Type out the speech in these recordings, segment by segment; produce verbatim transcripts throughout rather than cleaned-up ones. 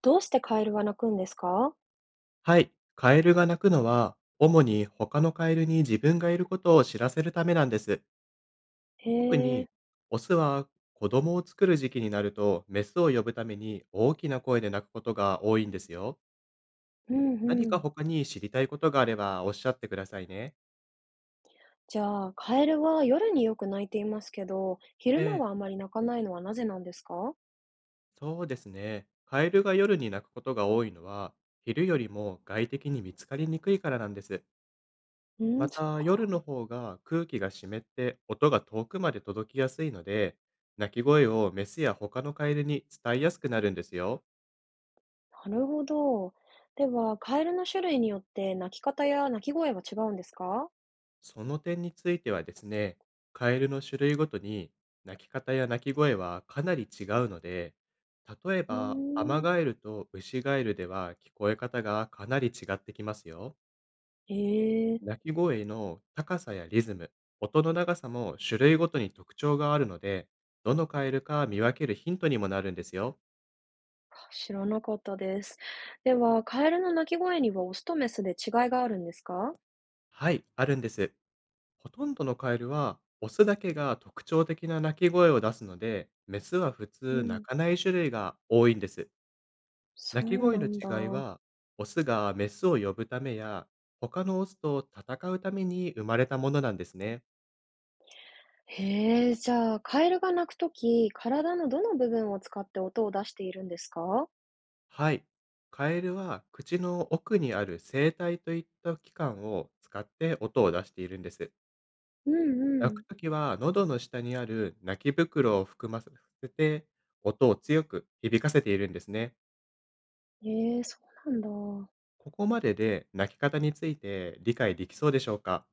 どうしてカエルは鳴くんですか？はい。カエルが鳴くのは、主に他のカエルに自分がいることを知らせるためなんです。へ特え、に、オスは子供を作る時期になると、メスを呼ぶために大きな声で鳴くことが多いんですよ。うんう何かん。他に知りたいことがあればおっしゃってくださいね。じゃあ、カエルは夜によく鳴いていますけど、昼え間え、はあまり鳴かないのはなぜなんですか？そうですね。カエルが夜に鳴くことが多いのは、昼よりも外的に見つかりにくいからなんです。うん、まそった、夜か、の方が空気が湿って音が遠くまで届きやすいので、鳴き声をメスや他のカエルに伝えやすくなるんですよ。なるほど。では、カエルの種類によって鳴き方や鳴き声は違うんですか？その点についてはですね、カエルの種類ごとに鳴き方や鳴き声はかなり違うので、例えうーばアマん、ガエルとウシガエルでは聞こえ方がかなり違ってきますよ。ええ、鳴き声の高さやリズム、音の長さも種類ごとに特徴があるので、どのカエルか見分けるヒントにもなるんですよ。知らなかったです。では、カエルの鳴き声にはオスとメスで違いがあるんですか？はい、あるんです。ほとんどのカエルは、オスだけが特徴的な鳴き声を出すので、メスは普う通鳴ん、かない種類が多いんです。そ鳴うきな声のんだ。違いは、オスがメスを呼ぶためや、他のオスと戦うために生まれたものなんですね。へえ、じゃあ、カエルが鳴くとき、体のどの部分を使って音を出しているんですか。はい。カエルは口の奥にある声帯といった器官を使って音を出しているんです。うんう鳴ん。くときは喉の下にある鳴き袋を含ませて音を強く響かせているんですね。へえ、そうなんだ。ここまでで鳴き方について理解できそうでしょうか？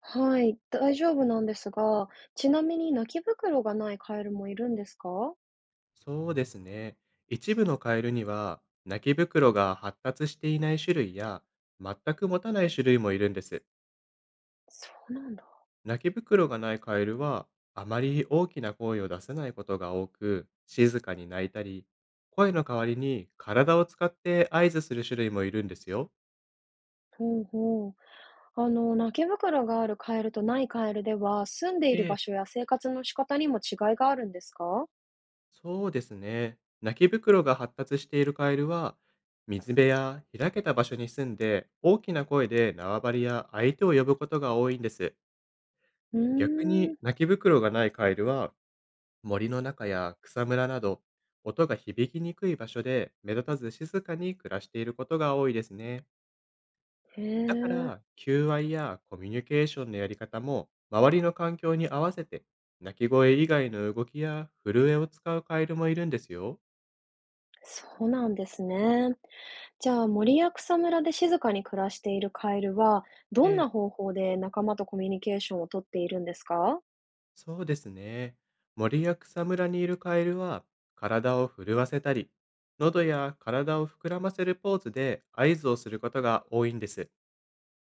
はい、大丈夫なんですが、ちなみに泣き袋がないカエルもいるんですか？そうですね。一部のカエルには、鳴き袋が発達していない種類や、全く持たない種類もいるんです。そうなんだ。鳴き袋がないカエルは、あまり大きな声を出せないことが多く、静かに鳴いたり、声の代わりに体を使って合図する種類もいるんですよ。ほうほう。あの、泣き袋があるカエルとないカエルでは、住んでいるえ場所え、や生活の仕方にも違いがあるんですか？そうですね。泣き袋が発達しているカエルは、水辺や開けた場所に住んで、大きな声で縄張りや相手を呼ぶことが多いんです。う逆ーん、に、泣き袋がないカエルは、森の中や草むらなど、音が響きにくい場所で目立たず静かに暮らしていることが多いですね。へだかえ、ら、求愛やコミュニケーションのやり方も、周りの環境に合わせて、鳴き声以外の動きや震えを使うカエルもいるんですよ。そうなんですね。じゃあ、森や草むらで静かに暮らしているカエルは、どんええ、な方法で仲間とコミュニケーションをとっているんですか？そうですね。森や草むらにいるカエルは、体を震わせたり、喉や体を膨らませるポーズで合図をすることが多いんです。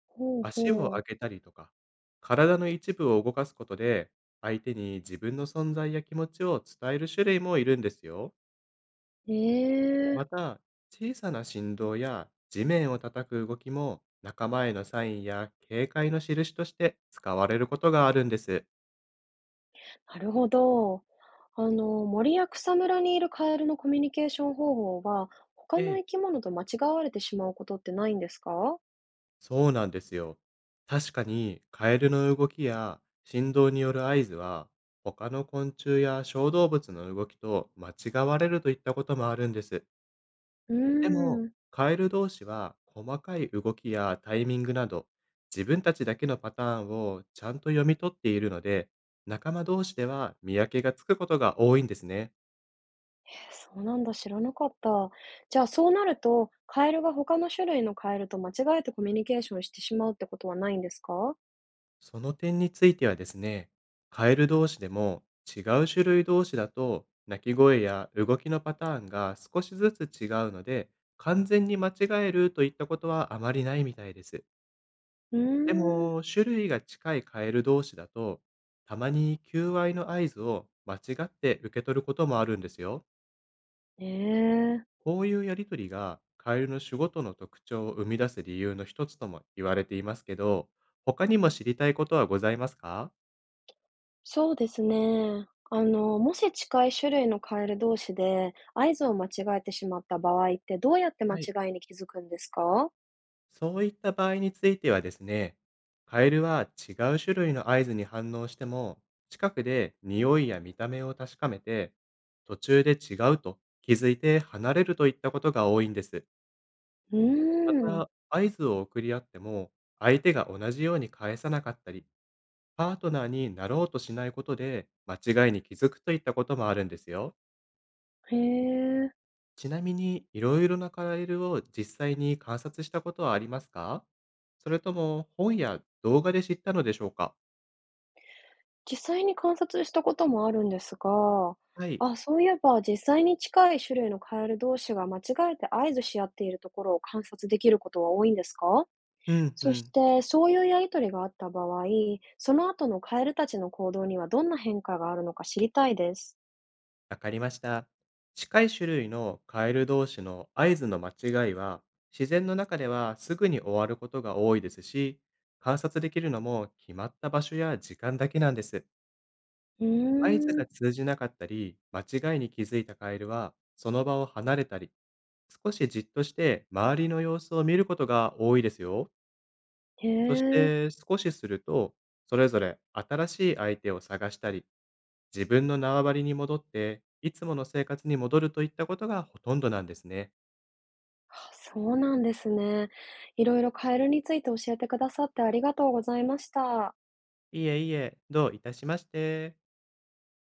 ほう足をほ上う。げたりとか、体の一部を動かすことで、相手に自分の存在や気持ちを伝える種類もいるんですよ。ええ、また、小さな振動や地面を叩く動きも、仲間へのサインや警戒の印として使われることがあるんです。なるほど。あの、森や草むらにいるカエルのコミュニケーション方法は、他のええ、生き物と間違われてしまうことってないんですか？そうなんですよ。確かにカエルの動きや振動による合図は、他の昆虫や小動物の動きと間違われるといったこともあるんです。うでも、ーん。カエル同士は細かい動きやタイミングなど、自分たちだけのパターンをちゃんと読み取っているので、仲間同士では見分けがつくことが多いんですね。えーそうなんだ、知らなかった。じゃあ、そうなると、カエルが他の種類のカエルと間違えてコミュニケーションしてしまうってことはないんですか？その点についてはですね、カエル同士でも違う種類同士だと鳴き声や動きのパターンが少しずつ違うので、完全に間違えるといったことはあまりないみたいです。うーでん。も、種類が近いカエル同士だと、たまに求愛の合図を間違って受け取ることもあるんですよ。ええ、こういうやりとりがカエルの種ごとの特徴を生み出す理由の一つとも言われていますけど、他にも知りたいことはございますか？そうですね。あの、もし近い種類のカエル同士で合図を間違えてしまった場合って、どうやって間はい、違いに気づくんですか？そういった場合についてはですね、カエルは違う種類の合図に反応しても、近くで匂いや見た目を確かめて、途中で違うと気づいて離れるといったことが多いんです。うまーん、た、合図を送り合っても、相手が同じように返さなかったり、パートナーになろうとしないことで、間違いに気づくといったこともあるんですよ。へえ。ちなみに、いろいろなカエルを実際に観察したことはありますか？それとも本や動画で知ったのでしょうか？実際に観察したこともあるんですが、はい。あ、そういえば実際に近い種類のカエル同士が間違えて合図し合っているところを観察できることは多いんですか？うんうそしん。て、そういうやりとりがあった場合、その後のカエルたちの行動にはどんな変化があるのか知りたいです。わかりました。近い種類のカエル同士の合図の間違いは、自然の中ではすぐに終わることが多いですし、観察できるのも決まった場所や時間だけなんです。う合図ーがん、通じなかったり、間違いに気づいたカエルは、その場を離れたり、少しじっとして周りの様子を見ることが多いですよ。へそしえ、て少しすると、それぞれ新しい相手を探したり、自分の縄張りに戻って、いつもの生活に戻るといったことがほとんどなんですね。あ、そうなんですね。いろいろカエルについて教えてくださってありがとうございました。いえいえ、どういたしまして。